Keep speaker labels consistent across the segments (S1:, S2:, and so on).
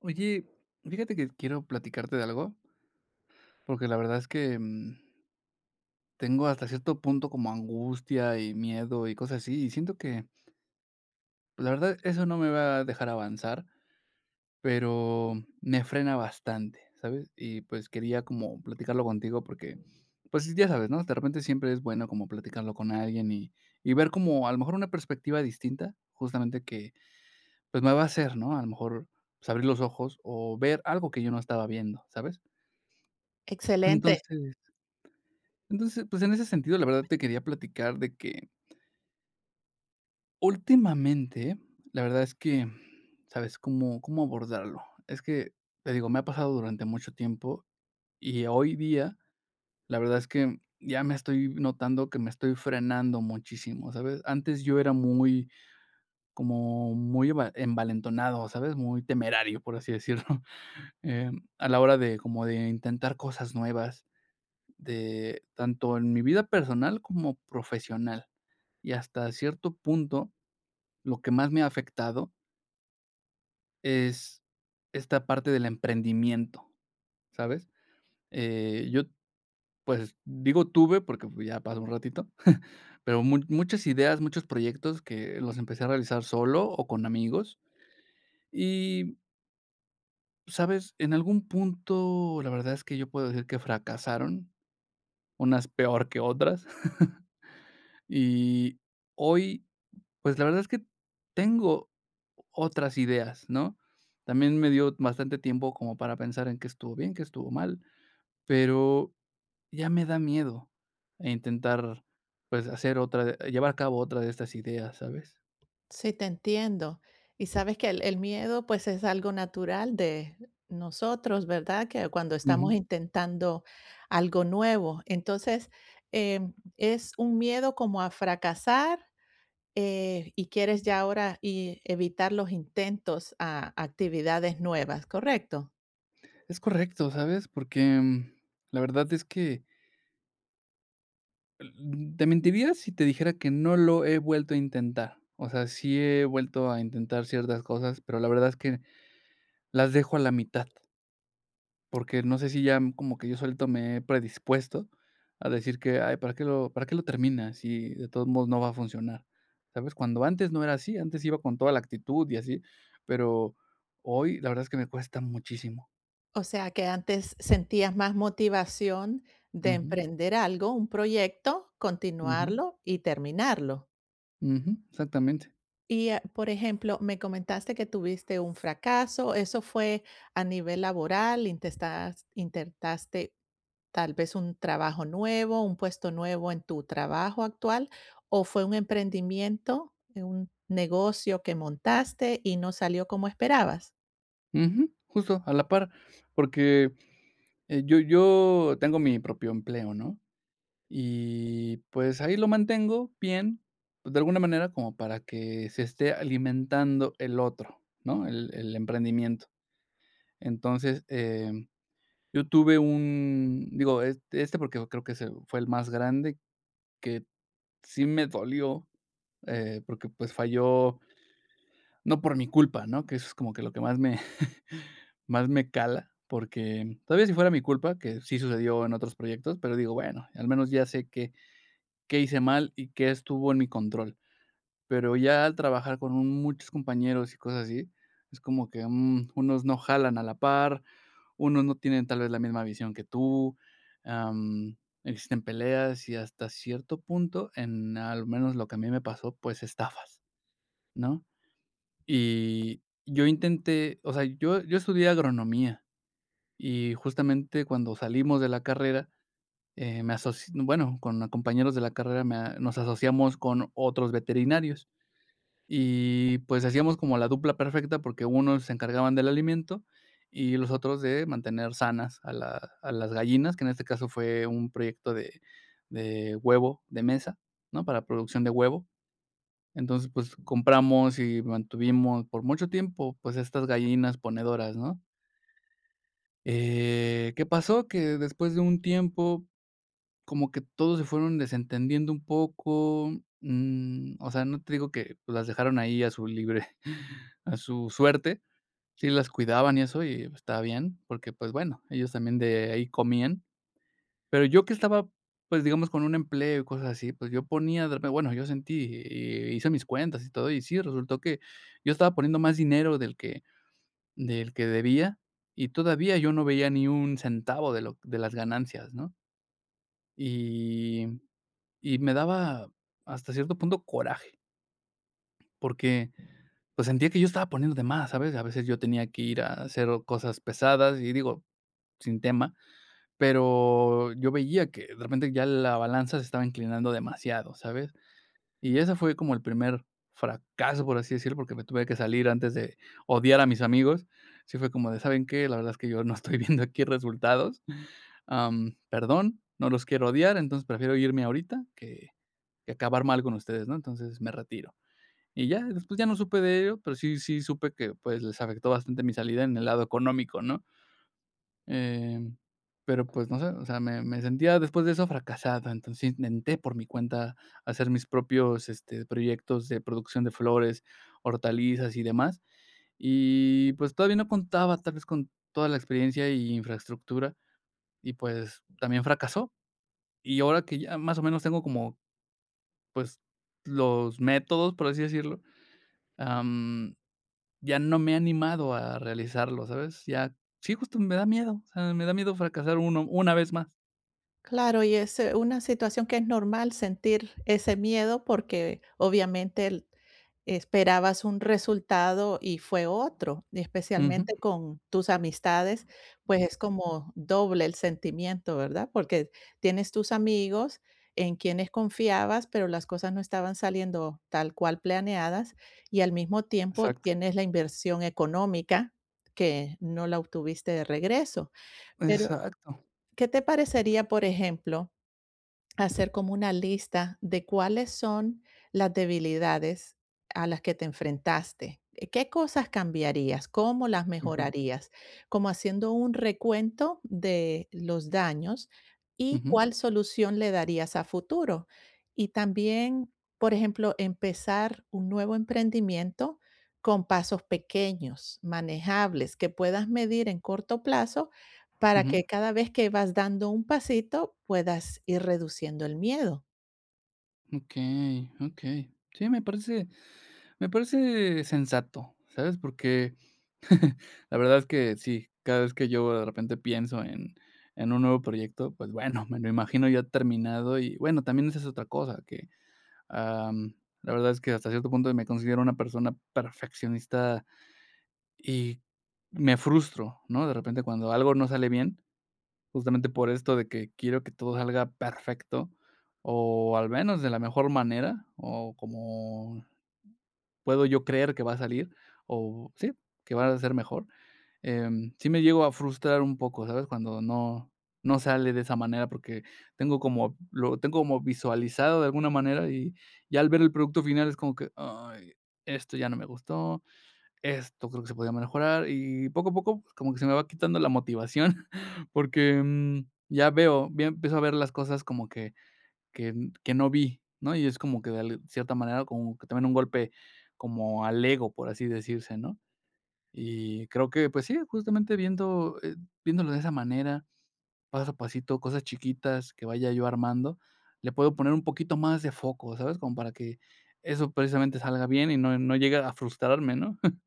S1: Oye, fíjate que quiero platicarte de algo, porque la verdad es que, tengo hasta cierto punto como angustia y miedo y cosas así, y siento que, pues, la verdad, eso no me va a dejar avanzar, pero me frena bastante, ¿sabes? Y, pues, quería como platicarlo contigo porque, pues, ya sabes, ¿no? De repente siempre es bueno como platicarlo con alguien y ver como a lo mejor una perspectiva distinta, justamente que, pues, me va a hacer, ¿no? A lo mejor, pues, abrir los ojos o ver algo que yo no estaba viendo, ¿sabes?
S2: Excelente,
S1: Entonces Entonces, pues, en ese sentido, la verdad te quería platicar de que últimamente, la verdad es que, ¿sabes cómo abordarlo? Es que, te digo, me ha pasado durante mucho tiempo y hoy día, la verdad es que ya me estoy notando que me estoy frenando muchísimo, ¿sabes? Antes yo era muy, como muy eva envalentonado, ¿sabes? Muy temerario, por así decirlo, a la hora de como de intentar cosas nuevas, de tanto en mi vida personal como profesional. Y hasta cierto punto, lo que más me ha afectado es esta parte del emprendimiento, ¿sabes? Yo, pues, digo tuve, porque, pues, ya pasó un ratito, pero mu muchas ideas, muchos proyectos que los empecé a realizar solo o con amigos y, ¿sabes? En algún punto, la verdad es que yo puedo decir que fracasaron, unas peor que otras. Y hoy. Pues la verdad es que tengo otras ideas, ¿no? También me dio bastante tiempo como para pensar en qué estuvo bien, qué estuvo mal, pero ya me da miedo a intentar, pues, hacer otra de llevar a cabo otra de estas ideas, ¿sabes?
S2: sí, te entiendo. Y sabes que el miedo pues es algo natural de nosotros, ¿verdad? Que cuando estamos
S1: Ujú.
S2: intentando algo nuevo. Entonces, es un miedo como a fracasar, y quieres ya ahora y evitar los intentos a actividades nuevas, ¿correcto?
S1: Es correcto, ¿sabes? Porque, la verdad es que l te mentiría si te dijera que no lo he vuelto a intentar. O sea, sí he vuelto a intentar ciertas cosas, pero la verdad es que las dejo a la mitad. Porque no sé si ya como que yo solito me he predispuesto a decir que: "Ay, para qué lo terminas si de todos modos no va a funcionar?", ¿sabes? Cuando antes no era así, antes iba con toda la actitud y así, pero hoy la verdad es que me cuesta muchísimo.
S2: O sea que antes sentías más motivación de
S1: Ujú,
S2: emprender algo, un proyecto,
S1: ujú,
S2: continuarlo y terminarlo.
S1: ujú, exactamente.
S2: Y, por ejemplo, me comentaste que tuviste un fracaso, ¿eso fue a nivel laboral? ¿Intestas Intentaste tal vez un trabajo nuevo, un puesto nuevo en tu trabajo actual, o fue un emprendimiento, un negocio que montaste y no salió como esperabas?
S1: Ujú, justo, a la par, porque, yo tengo mi propio empleo, ¿no? Y, pues, ahí lo mantengo bien, pues, de alguna manera como para que se esté alimentando el otro, ¿no? El emprendimiento. Entonces, yo tuve un es este porque creo que se fue el más grande, que sí me dolió, porque, pues, falló no por mi culpa, ¿no? Que eso es como que lo que más me más me cala, porque todavía si fuera mi culpa, que sí sucedió en otros proyectos, pero digo, bueno, al menos ya sé que qué hice mal y qué estuvo en mi control. Pero ya al trabajar con muchos compañeros y cosas así, es como que, unos no jalan a la par, unos no tienen tal vez la misma visión que tú, am, existen peleas y hasta cierto punto, en al menos lo que a mí me pasó, pues estafas, ¿no? Y yo intenté, o sea, yo estudié agronomía y justamente cuando salimos de la carrera me asoci bueno, con compañeros de la carrera me a nos asociamos con otros veterinarios y, pues, hacíamos como la dupla perfecta porque unos se encargaban del alimento y los otros de mantener sanas a la a las gallinas, que en este caso fue un proyecto de huevo de mesa, ¿no?, para producción de huevo. Entonces, pues, compramos y mantuvimos por mucho tiempo, pues, estas gallinas ponedoras, ¿no? ¿Qué pasó? Que después de un tiempo, como que todos se fueron desentendiendo un poco, o sea, no te digo que, pues, las dejaron ahí a su libre a su suerte, sí las cuidaban y eso, y estaba bien, porque, pues, bueno, ellos también de ahí comían, pero yo que estaba, pues, digamos, con un empleo y cosas así, pues, yo ponía de repe bueno, yo sentí, y hice mis cuentas y todo, y sí, resultó que yo estaba poniendo más dinero del que debía, y todavía yo no veía ni un centavo de lo de las ganancias, ¿no? Y Y me daba hasta cierto punto coraje, porque, pues, sentía que yo estaba poniendo de más, ¿sabes? A veces yo tenía que ir a hacer cosas pesadas y digo, sin tema, pero yo veía que de repente ya la balanza se estaba inclinando demasiado, ¿sabes? Y ese fue como el primer fracaso, por así decirlo, porque me tuve que salir antes de odiar a mis amigos. Sí fue como de, ¿saben qué? La verdad es que yo no estoy viendo aquí resultados. Perdón, no los quiero odiar, entonces prefiero irme ahorita que acabar mal con ustedes, ¿no? Entonces me retiro. Y ya, después ya no supe de ello, pero sí, sí supe que, pues, les afectó bastante mi salida en el lado económico, ¿no? Em, pero, pues, no sé, o sea, me sentía después de eso fracasado, entonces intenté por mi cuenta hacer mis propios, este, proyectos de producción de flores, hortalizas y demás, y, pues, todavía no contaba tal vez con toda la experiencia y infraestructura y, pues, también fracasó. Y ahora que ya más o menos tengo como, pues, los métodos, por así decirlo, Am, ya no me he animado a realizarlo, ¿sabes? Ya sí, justo me da miedo, o sea, me da miedo fracasar uno una vez más.
S2: Claro, y es una situación que es normal sentir ese miedo porque obviamente esperabas un resultado y fue otro, y
S1: Ujú.
S2: especialmente con tus amistades, pues es como doble el sentimiento, ¿verdad? Porque tienes tus amigos en quienes confiabas, pero las cosas no estaban saliendo tal cual planeadas y al mismo tiempo
S1: Exacto,
S2: tienes la inversión económica que no la obtuviste de regreso. Pero,
S1: exacto.
S2: ¿qué te parecería, por ejemplo? Hacer como una lista de cuáles son las debilidades a las que te enfrentaste. Qué cosas cambiarías? ¿Cómo las
S1: Ujú,
S2: mejorarías? Como haciendo un recuento de los daños y
S1: ujú,
S2: cuál solución le darías a futuro. Y también, por ejemplo, empezar un nuevo emprendimiento con pasos pequeños, manejables, que puedas medir en corto plazo para
S1: ujú.
S2: que cada vez que vas dando un pasito puedas ir reduciendo el miedo.
S1: Okey, okey. Sí, me parece sensato, ¿sabes? Porque la verdad es que sí, cada vez que yo de repente pienso en un nuevo proyecto, pues, bueno, me lo imagino ya terminado y, bueno, también esa es otra cosa que Am, la verdad es que hasta cierto punto me considero una persona perfeccionista y me frustro, ¿no? De repente cuando algo no sale bien, justamente por esto de que quiero que todo salga perfecto o al menos de la mejor manera o como puedo yo creer que va a salir o sí, que va a ser mejor. Sí me llego a frustrar un poco, ¿sabes? Cuando no sale de esa manera, porque tengo como lo tengo como visualizado de alguna manera, y ya al ver el producto final es como que: "Ay, esto ya no me gustó, esto creo que se podía mejorar", y poco a poco pues, como que se me va quitando la motivación, porque, ya veo, ya empiezo a ver las cosas como que que no vi, ¿no? Y es como que de al cierta manera, como que también un golpe como al ego, por así decirse, ¿no? Y creo que, pues sí, justamente viendo, viéndolo de esa manera, paso a pasito, cosas chiquitas que vaya yo armando, le puedo poner un poquito más de foco, ¿sabes? Como para que eso precisamente salga bien y no llegue a frustrarme, ¿no?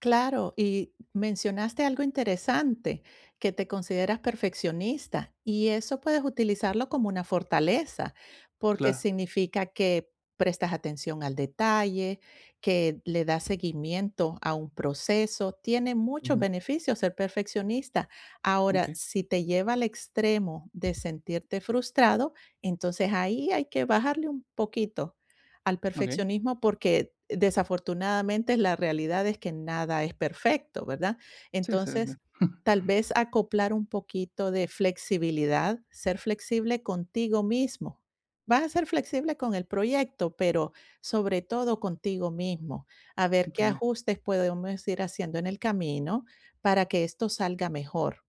S2: Claro, y mencionaste algo interesante, que te consideras perfeccionista y eso puedes utilizarlo como una fortaleza, porque
S1: Claro.
S2: significa que prestas atención al detalle, que le das seguimiento a un proceso, tiene muchos
S1: Ujú.
S2: beneficios ser perfeccionista. Ahora,
S1: Okey,
S2: si te lleva al extremo de sentirte frustrado, entonces ahí hay que bajarle un poquito al
S1: okey.
S2: perfeccionismo porque desafortunadamente la realidad es que nada es perfecto, ¿verdad?
S1: Sí, sí, sí.
S2: Entonces, tal vez acoplar un poquito de flexibilidad, ser flexible contigo mismo. Vas a ser flexible con el proyecto, pero sobre todo contigo mismo, a ver qué
S1: Okey.
S2: ajustes podemos ir haciendo en el camino para que esto salga mejor.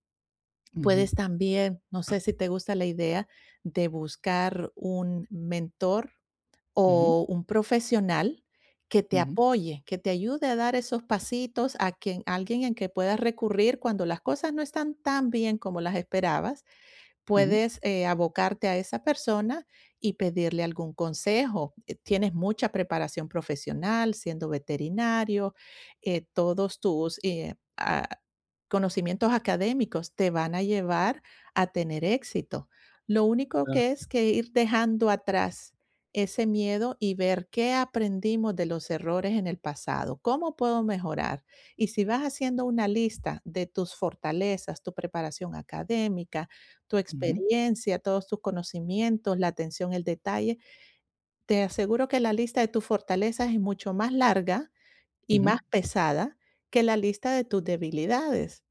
S1: Ujú,
S2: Puedes también, no sé si te gusta la idea de buscar un mentor
S1: ujú,
S2: o un profesional que te
S1: ujú,
S2: apoye, que te ayude a dar esos pasitos, a quien alguien en que puedas recurrir cuando las cosas no están tan bien como las esperabas,
S1: ujú.
S2: puedes, abocarte a esa persona y pedirle algún consejo. Tienes mucha preparación profesional siendo veterinario, todos tus, conocimientos académicos te van a llevar a tener éxito. Lo único
S1: Claro.
S2: que es que ir dejando atrás ese miedo y ver qué aprendimos de los errores en el pasado, cómo puedo mejorar. Y si vas haciendo una lista de tus fortalezas, tu preparación académica, tu
S1: Ujú,
S2: experiencia, todos tus conocimientos, la atención, el detalle, te aseguro que la lista de tus fortalezas es mucho más larga y
S1: ujú.
S2: más pesada que la lista de tus debilidades.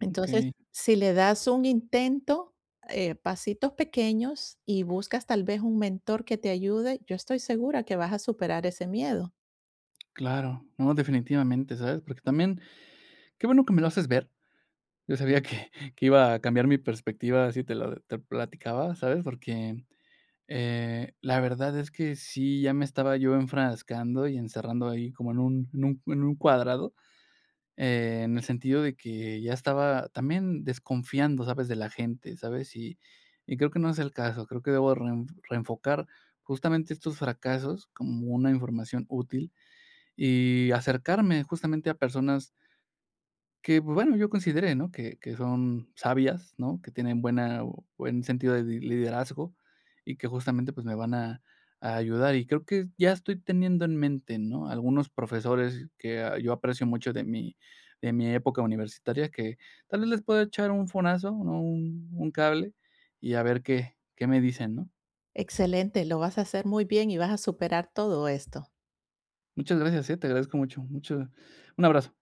S2: Entonces,
S1: Okey,
S2: si le das un intento, pasitos pequeños y buscas tal vez un mentor que te ayude, yo estoy segura que vas a superar ese miedo.
S1: claro. No, definitivamente, ¿sabes? Porque también, qué bueno que me lo haces ver. Yo sabía que iba a cambiar mi perspectiva si te platicaba, ¿sabes? Porque, la verdad es que sí, ya me estaba yo enfrascando y encerrando ahí como en un cuadrado, en el sentido de que ya estaba también desconfiando, ¿sabes? De la gente, ¿sabes? Y creo que no es el caso, creo que debo reenfocar justamente estos fracasos como una información útil y acercarme justamente a personas que, pues, bueno, yo consideré, ¿no?, que son sabias, ¿no?, que tienen buena buen sentido de di liderazgo y que justamente, pues, me van a ayudar. Y creo que ya estoy teniendo en mente, ¿no?, algunos profesores que, yo aprecio mucho de mi época universitaria, que tal vez les puedo echar un fonazo, ¿no?, un cable y a ver qué me dicen, ¿no?
S2: Excelente, lo vas a hacer muy bien y vas a superar todo esto.
S1: Muchas gracias, te agradezco mucho, mucho un abrazo.